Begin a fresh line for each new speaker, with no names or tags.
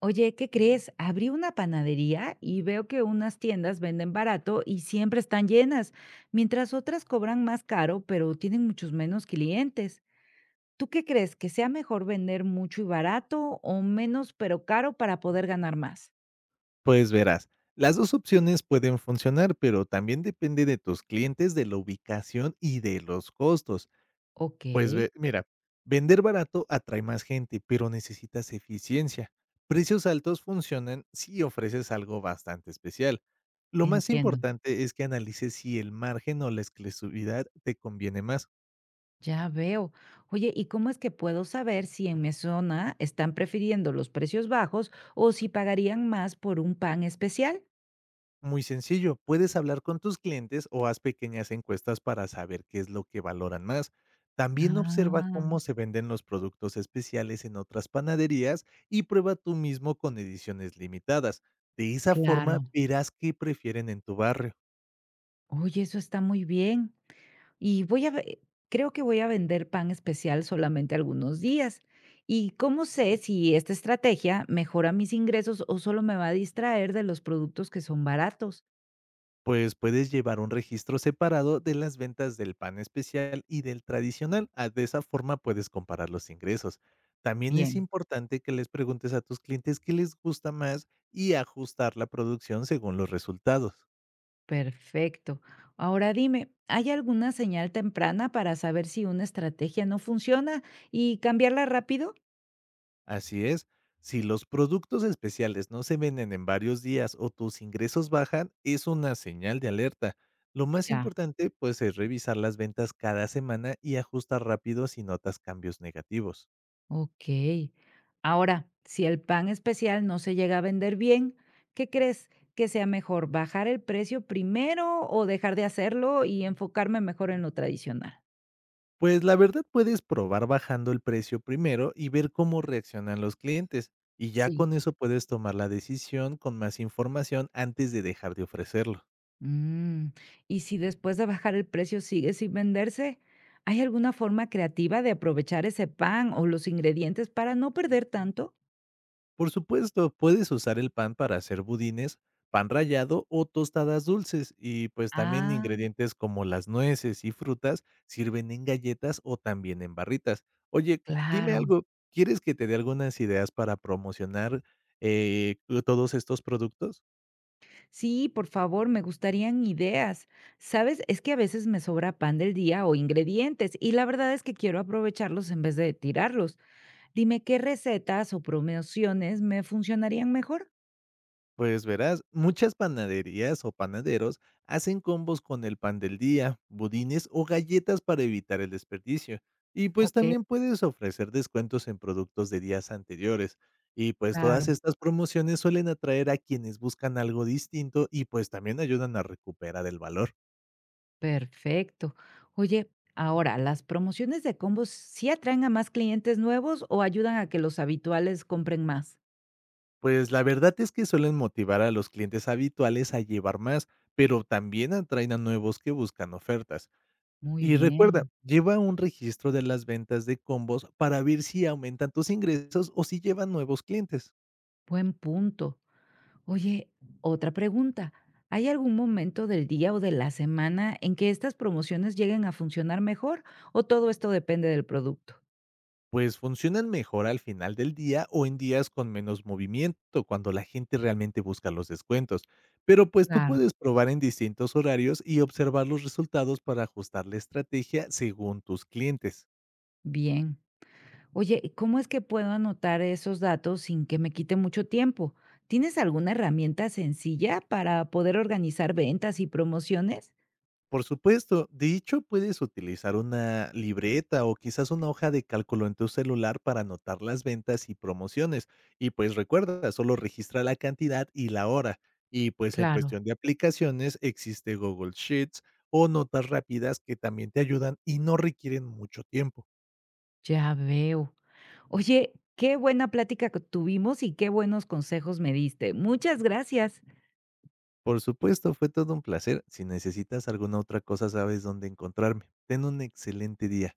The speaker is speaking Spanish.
Oye, ¿qué crees? Abrí una panadería y veo que unas tiendas venden barato y siempre están llenas, mientras otras cobran más caro, pero tienen muchos menos clientes. ¿Tú qué crees? ¿Que sea mejor vender mucho y barato o menos pero caro para poder ganar más?
Pues verás, las dos opciones pueden funcionar, pero también depende de tus clientes, de la ubicación y de los costos.
Ok,
Pues mira, vender barato atrae más gente, pero necesitas eficiencia. Precios altos funcionan si ofreces algo bastante especial. Lo más
entiendo.
importante es que analices si el margen o la exclusividad te conviene más.
Ya veo. Oye, ¿y cómo es que puedo saber si en mi zona están prefiriendo los precios bajos o si pagarían más por un pan especial?
Muy sencillo, puedes hablar con tus clientes o haz pequeñas encuestas para saber qué es lo que valoran más. También observa
Ah,
cómo se venden los productos especiales en otras panaderías y prueba tú mismo con ediciones limitadas. De esa forma
claro.
verás qué prefieren en tu barrio.
Oye, eso está muy bien. Y voy a ve Creo que voy a vender pan especial solamente algunos días. ¿Y cómo sé si esta estrategia mejora mis ingresos o solo me va a distraer de los productos que son baratos?
Pues puedes llevar un registro separado de las ventas del pan especial y del tradicional. Ah, de esa forma puedes comparar los ingresos. También es
Bien,
importante que les preguntes a tus clientes qué les gusta más y ajustar la producción según los resultados.
perfecto. Ahora dime, ¿hay alguna señal temprana para saber si una estrategia no funciona y cambiarla rápido?
Así es, si los productos especiales no se venden en varios días o tus ingresos bajan, es una señal de alerta. Lo más
Ya.
importante pues es revisar las ventas cada semana y ajustar rápido si notas cambios negativos.
Ok. Ahora, si el pan especial no se llega a vender bien, ¿qué crees que sea mejor? ¿Bajar el precio primero o dejar de hacerlo y enfocarme mejor en lo tradicional?
Pues la verdad puedes probar bajando el precio primero y ver cómo reaccionan los clientes, y ya con
Sí.
eso puedes tomar la decisión con más información antes de dejar de ofrecerlo.
Mm, Y si después de bajar el precio sigue sin venderse, ¿hay alguna forma creativa de aprovechar ese pan o los ingredientes para no perder tanto?
Por supuesto, puedes usar el pan para hacer budines, pan rallado o tostadas dulces, y pues también
Ah,
ingredientes como las nueces y frutas sirven en galletas o también en barritas. Oye, dime
claro.
algo, ¿quieres que te dé algunas ideas para promocionar eh, todos estos productos?
Sí, por favor, me gustarían ideas. Sabes, es que a veces me sobra pan del día o ingredientes y la verdad es que quiero aprovecharlos en vez de tirarlos. Dime qué recetas o promociones me funcionarían mejor.
Pues verás, muchas panaderías o panaderos hacen combos con el pan del día, budines o galletas para evitar el desperdicio. Y pues
Ok,
también puedes ofrecer descuentos en productos de días anteriores. Y pues todas
claro,
estas promociones suelen atraer a quienes buscan algo distinto y pues también ayudan a recuperar el valor.
perfecto. Oye, ahora, ¿las promociones de combos sí atraen a más clientes nuevos o ayudan a que los habituales compren más?
Pues la verdad es que suelen motivar a los clientes habituales a llevar más, pero también atraen a nuevos que buscan ofertas.
Muy
Y recuerda,
bien,
lleva un registro de las ventas de combos para ver si aumentan tus ingresos o si llevan nuevos clientes.
buen punto. Oye, otra pregunta. ¿Hay algún momento del día o de la semana en que estas promociones lleguen a funcionar mejor o todo esto depende del producto?
Pues funcionan mejor al final del día o en días con menos movimiento, cuando la gente realmente busca los descuentos. Pero pues tú
Claro,
puedes probar en distintos horarios y observar los resultados para ajustar la estrategia según tus clientes.
bien. Oye, ¿cómo es que puedo anotar esos datos sin que me quite mucho tiempo? ¿Tienes alguna herramienta sencilla para poder organizar ventas y promociones?
Por supuesto, de hecho, puedes utilizar una libreta o quizás una hoja de cálculo en tu celular para anotar las ventas y promociones. Y pues recuerda, solo registra la cantidad y la hora. Y pues en
Claro,
cuestión de aplicaciones existe Google Sheets o notas rápidas que también te ayudan y no requieren mucho tiempo.
ya veo. Oye, qué buena plática que tuvimos y qué buenos consejos me diste. Muchas gracias.
Por supuesto, fue todo un placer. Si necesitas alguna otra cosa, sabes dónde encontrarme. Ten un excelente día.